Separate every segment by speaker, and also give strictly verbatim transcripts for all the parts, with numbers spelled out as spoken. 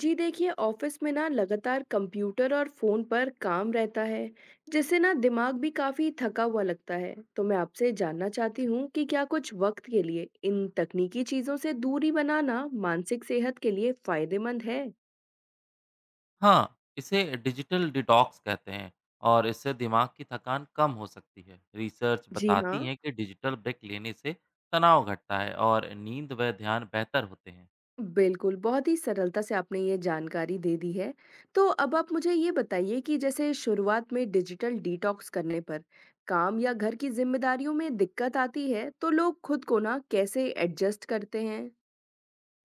Speaker 1: जी देखिए ऑफिस में ना लगातार कंप्यूटर और फोन पर काम रहता है। जिससे ना दिमाग भी काफी थका हुआ लगता है, तो मैं आपसे जानना चाहती हूँ कि क्या कुछ वक्त के लिए इन तकनीकी चीजों से दूरी बनाना मानसिक सेहत के लिए फायदेमंद है।
Speaker 2: हाँ, इसे डिजिटल डिटॉक्स कहते हैं। और इससे दिमाग की थकान कम हो सकती है। रिसर्च
Speaker 1: जी हाँ,
Speaker 2: बताती है कि डिजिटल ब्रेक लेने से तनाव घटता है और नींद व ध्यान बेहतर होते हैं।
Speaker 1: बिल्कुल, बहुत ही सरलता से आपने ये जानकारी दे दी है। तो अब आप मुझे ये बताइए कि जैसे शुरुआत में डिजिटल डिटॉक्स करने पर काम या घर की जिम्मेदारियों में दिक्कत आती है, तो लोग खुद को ना कैसे एडजस्ट करते हैं।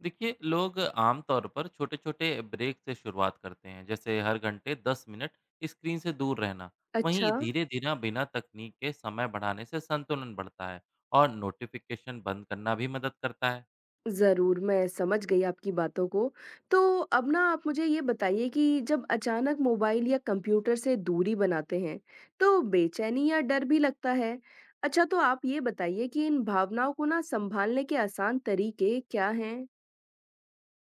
Speaker 2: देखिए, लोग आमतौर पर छोटे-छोटे ब्रेक से शुरुआत करते हैं, जैसे हर घंटे दस मिनट स्क्रीन से दूर रहना।
Speaker 1: अच्छा,
Speaker 2: वहीं धीरे-धीरे बिना तकनीक के समय बढ़ाने से संतुलन बढ़ता है और नोटिफिकेशन बंद करना भी मदद करता है।
Speaker 1: ज़रूर, मैं समझ गई आपकी बातों को। तो अब ना आप मुझे ये बताइए कि जब अचानक मोबाइल या कंप्यूटर से दूरी बनाते हैं, तो बेचैनी या डर भी लगता है। अच्छा, तो आप ये बताइए कि इन भावनाओं को ना सँभालने के आसान तरीके क्या हैं?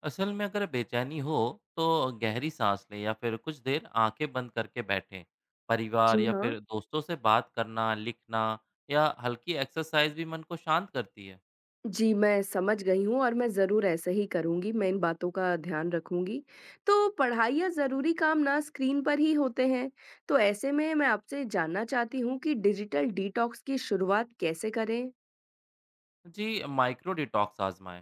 Speaker 2: असल में अगर बेचैनी हो तो गहरी सांस लें या फिर कुछ देर आंखें बंद करके बैठें। परिवार
Speaker 1: जी
Speaker 2: या
Speaker 1: हाँ।
Speaker 2: फिर दोस्तों से बात करना, लिखना या हल्की एक्सरसाइज भी मन को शांत करती है।
Speaker 1: जी, मैं समझ गई हूँ और मैं ज़रूर ऐसा ही करूँगी, मैं इन बातों का ध्यान रखूँगी। तो पढ़ाई या ज़रूरी काम ना स्क्रीन पर ही होते हैं, तो ऐसे में मैं आपसे जानना चाहती हूँ कि डिजिटल डिटॉक्स की शुरुआत कैसे करें?
Speaker 2: जी, माइक्रो डिटॉक्स आजमाएं।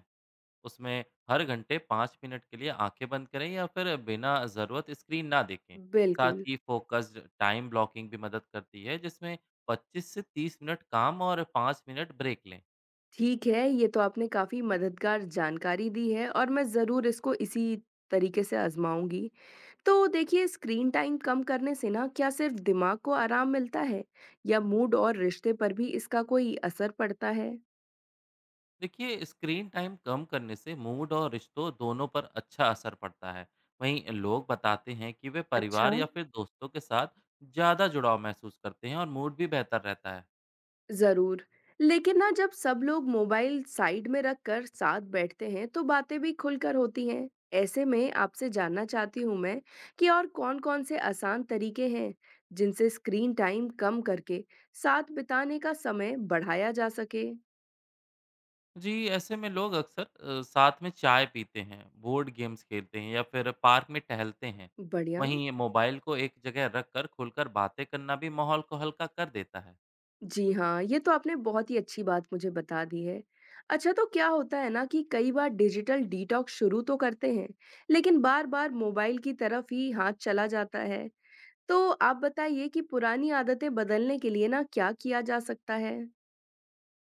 Speaker 2: उसमें हर घंटे पाँच मिनट के लिए आंखें बंद करें या फिर बिना ज़रूरत स्क्रीन ना देखें। साथ
Speaker 1: बिल्कुल,
Speaker 2: ही फोकस्ड टाइम ब्लॉकिंग भी मदद करती है, जिसमें पच्चीस से तीस मिनट काम और पाँच मिनट ब्रेक लें।
Speaker 1: ठीक है, ये तो आपने काफ़ी मददगार जानकारी दी है और मैं ज़रूर इसको इसी तरीके से आज़माऊँगी। तो देखिए, स्क्रीन टाइम कम करने से ना क्या सिर्फ़ दिमाग को आराम मिलता है या मूड और रिश्ते पर भी इसका कोई असर पड़ता है?
Speaker 2: देखिए, स्क्रीन टाइम कम करने से मूड और रिश्तों दोनों पर अच्छा असर पड़ता है। वहीं लोग बताते हैं कि वे
Speaker 1: अच्छा।
Speaker 2: परिवार या फिर दोस्तों के साथ ज़्यादा जुड़ाव महसूस करते हैं और मूड भी बेहतर रहता है।
Speaker 1: जरूर, लेकिन ना जब सब लोग मोबाइल साइड में रख कर साथ बैठते हैं, तो बातें भी खुलकर होती हैं। ऐसे में आपसे जानना चाहती हूँ मैं कि और कौन-कौन से आसान तरीके हैं, जिनसे स्क्रीन टाइम कम करके साथ बिताने का समय बढ़ाया जा सके।
Speaker 2: जी, ऐसे में लोग अक्सर अ, साथ में चाय पीते हैं, बोर्ड गेम्स खेलते हैं या फिर पार्क में टहलते हैं।
Speaker 1: बढ़िया।
Speaker 2: वहीं मोबाइल को एक जगह रख कर खुलकर बातें करना भी माहौल को हल्का कर देता है।
Speaker 1: जी हाँ, ये तो आपने बहुत ही अच्छी बात मुझे बता दी है। अच्छा, तो क्या होता है ना कि कई बार डिजिटल डिटॉक्स शुरू तो करते हैं, लेकिन बार बार मोबाइल की तरफ ही हाथ चला जाता है। तो आप बताइए कि पुरानी आदतें बदलने के लिए ना क्या किया जा सकता है?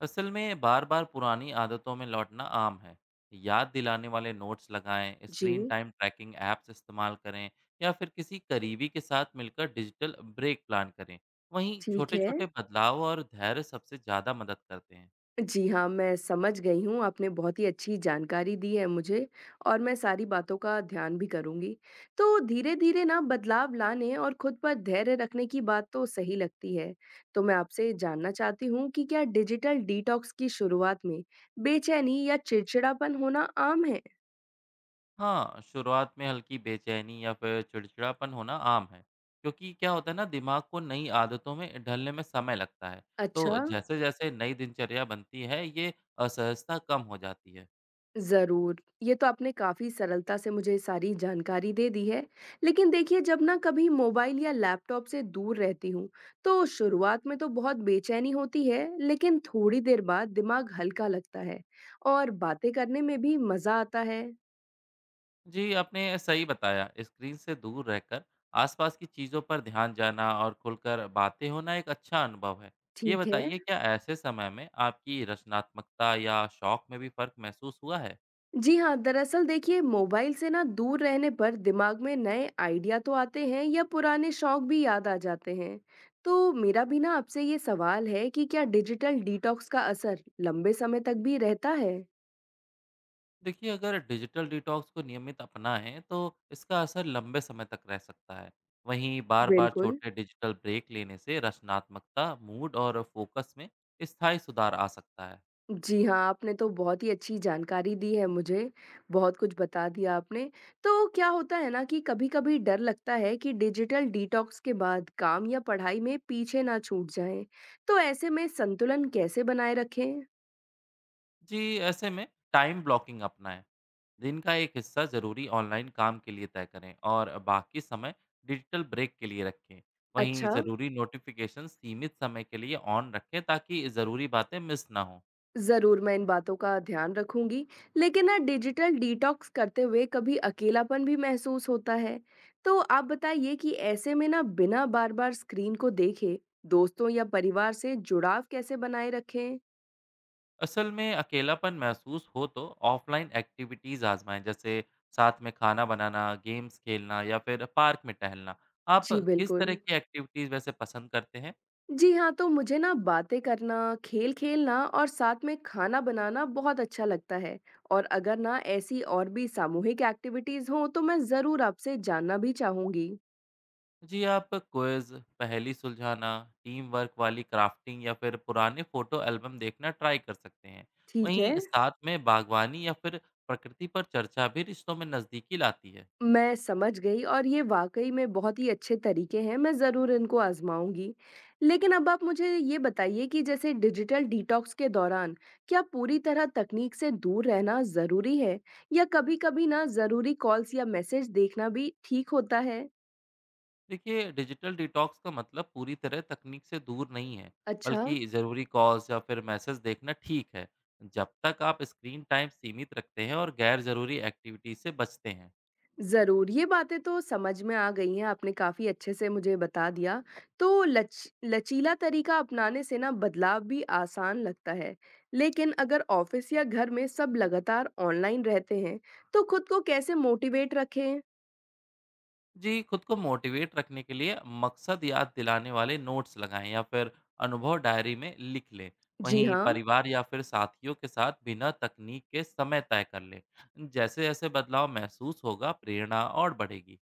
Speaker 2: असल में बार बार पुरानी आदतों में लौटना आम है। याद दिलाने वाले नोट्स लगाएं, स्क्रीन
Speaker 1: जी,
Speaker 2: टाइम ट्रैकिंग ऐप्स इस्तेमाल करें या फिर किसी करीबी के साथ मिलकर डिजिटल ब्रेक प्लान करें। वहीं
Speaker 1: ठीक
Speaker 2: छोटे
Speaker 1: है।
Speaker 2: छोटे बदलाव और धैर्य सबसे ज़्यादा मदद करते हैं।
Speaker 1: जी हाँ, मैं समझ गई हूँ, आपने बहुत ही अच्छी जानकारी दी है मुझे और मैं सारी बातों का ध्यान भी करूँगी। तो धीरे-धीरे ना बदलाव लाने और खुद पर धैर्य रखने की बात तो सही लगती है। तो मैं आपसे जानना चाहती हूँ कि क्या डिजिटल डिटॉक्स की शुरुआत में बेचैनी या चिड़चिड़ापन होना आम है?
Speaker 2: हाँ, शुरुआत में हल्की बेचैनी या फिर चिड़चिड़ापन होना आम है, क्योंकि क्या होता है ना, दिमाग को नई आदतों में ढलने में समय लगता है।
Speaker 1: अच्छा।
Speaker 2: तो जैसे जैसे नई दिनचर्या बनती है, ये असहजता कम हो जाती है।
Speaker 1: ज़रूर, ये तो आपने काफ़ी सरलता से मुझे सारी जानकारी दे दी है। लेकिन देखिए, जब ना कभी मोबाइल या लैपटॉप से दूर रहती हूँ, तो शुरुआत में तो बहुत बेचैनी होती है, लेकिन थोड़ी देर बाद दिमाग हल्का लगता है और बातें करने में भी मज़ा आता है।
Speaker 2: जी, आपने सही बताया। स्क्रीन से दूर रहकर आसपास की चीज़ों पर ध्यान जाना और खुलकर बातें होना एक अच्छा अनुभव है। ये
Speaker 1: ठीक है।
Speaker 2: बताइए, क्या ऐसे समय में आपकी रचनात्मकता या शौक में भी फर्क महसूस हुआ है?
Speaker 1: जी हाँ, दरअसल देखिए मोबाइल से ना दूर रहने पर दिमाग में नए आइडिया तो आते हैं या पुराने शौक भी याद आ जाते हैं। तो मेरा भी ना आपसे ये सवाल है कि क्या डिजिटल डिटॉक्स का असर लंबे समय तक भी रहता है?
Speaker 2: देखिए, अगर डिजिटल डिटॉक्स को नियमित अपनाएं तो इसका असर लंबे समय तक रह सकता है। वहीं बार बार
Speaker 1: बिल्कुल।
Speaker 2: छोटे डिजिटल ब्रेक लेने से रचनात्मकता, मूड और फोकस में स्थायी सुधार आ सकता है।
Speaker 1: जी हाँ, आपने तो बहुत ही अच्छी जानकारी दी है मुझे, बहुत कुछ बता दिया आपने। तो क्या होता है ना कि कभी-कभी डर लगता है कि डिजिटल डिटॉक्स के बाद काम या पढ़ाई में पीछे ना छूट जाएं। तो ऐसे में संतुलन कैसे बनाए रखें?
Speaker 2: जी, ऐसे में टाइम ब्लॉकिंग अपनाएं। दिन का एक हिस्सा ज़रूरी ऑनलाइन काम के लिए तय करें और बाकी समय डिजिटल ब्रेक के लिए रखें। वहीं
Speaker 1: अच्छा,
Speaker 2: ज़रूरी नोटिफिकेशन सीमित समय के लिए ऑन रखें ताकि ज़रूरी बातें मिस ना हों।
Speaker 1: ज़रूर मैं इन बातों का ध्यान रखूंगी, लेकिन ना डिजिटल डिटॉक्स करते हुए कभी अकेलापन भी महसूस होता है। तो आप बताइए कि ऐसे में ना बिना बार-बार स्क्रीन को देखे, दोस्तों या परिवार से जुड़ाव कैसे बनाए रखें?
Speaker 2: असल में अकेलापन महसूस हो तो ऑफलाइन एक्टिविटीज़ आजमाएं, जैसे साथ में खाना बनाना, गेम्स खेलना या फिर पार्क में टहलना। आप
Speaker 1: जी,
Speaker 2: किस तरह
Speaker 1: बिल्कुल।
Speaker 2: की एक्टिविटीज़ वैसे पसंद करते हैं?
Speaker 1: जी हाँ, तो मुझे ना बातें करना, खेल खेलना और साथ में खाना बनाना बहुत अच्छा लगता है। और अगर ना ऐसी और भी सामूहिक एक्टिविटीज़ हों, तो मैं ज़रूर आपसे जानना भी चाहूंगी।
Speaker 2: जी, आप क्विज, पहेली सुलझाना, टीम वर्क वाली क्राफ्टिंग या फिर पुराने फोटो एल्बम देखना ट्राई कर सकते हैं।
Speaker 1: ठीक है।
Speaker 2: वहीं साथ में बागवानी या फिर प्रकृति पर चर्चा भी रिश्तों में नज़दीकी लाती है।
Speaker 1: मैं समझ गई और ये वाक़ई में बहुत ही अच्छे तरीके हैं, मैं ज़रूर इनको आज़माऊँगी। लेकिन अब आप मुझे ये बताइए कि जैसे डिजिटल डिटॉक्स के दौरान क्या पूरी तरह तकनीक से दूर रहना ज़रूरी है या कभी-कभी ना ज़रूरी कॉल्स या मैसेज देखना भी ठीक होता है?
Speaker 2: देखिए, डिजिटल डिटॉक्स का मतलब पूरी तरह तकनीक से दूर नहीं है,
Speaker 1: अच्छा।
Speaker 2: बल्कि ज़रूरी कॉल्स या फिर मैसेज देखना ठीक है, जब तक आप स्क्रीन टाइम सीमित रखते हैं और गैर ज़रूरी एक्टिविटी से बचते हैं।
Speaker 1: ज़रूर, ये बातें तो समझ में आ गई हैं, आपने काफ़ी अच्छे से मुझे बता दिया। तो लच लचीला तरीका अपनाने से ना बदलाव भी आसान लगता है, लेकिन अगर ऑफ़िस या घर में सब लगातार ऑनलाइन रहते हैं, तो खुद को कैसे मोटिवेट रखें?
Speaker 2: जी, खुद को मोटिवेट रखने के लिए मकसद याद दिलाने वाले नोट्स लगाएं या फिर अनुभव डायरी में लिख लें।
Speaker 1: जी
Speaker 2: वहीं
Speaker 1: हाँ,
Speaker 2: परिवार या फिर साथियों के साथ बिना तकनीक के समय तय कर लें। जैसे जैसे बदलाव महसूस होगा, प्रेरणा और बढ़ेगी।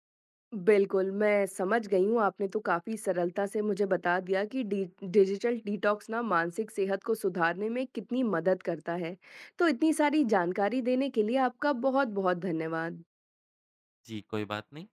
Speaker 1: बिल्कुल, मैं समझ गई हूँ, आपने तो काफ़ी सरलता से मुझे बता दिया कि डि डिजिटल डिटॉक्स ना मानसिक सेहत को सुधारने में कितनी मदद करता है। तो इतनी सारी जानकारी देने के लिए आपका बहुत-बहुत धन्यवाद।
Speaker 2: जी, कोई बात नहीं।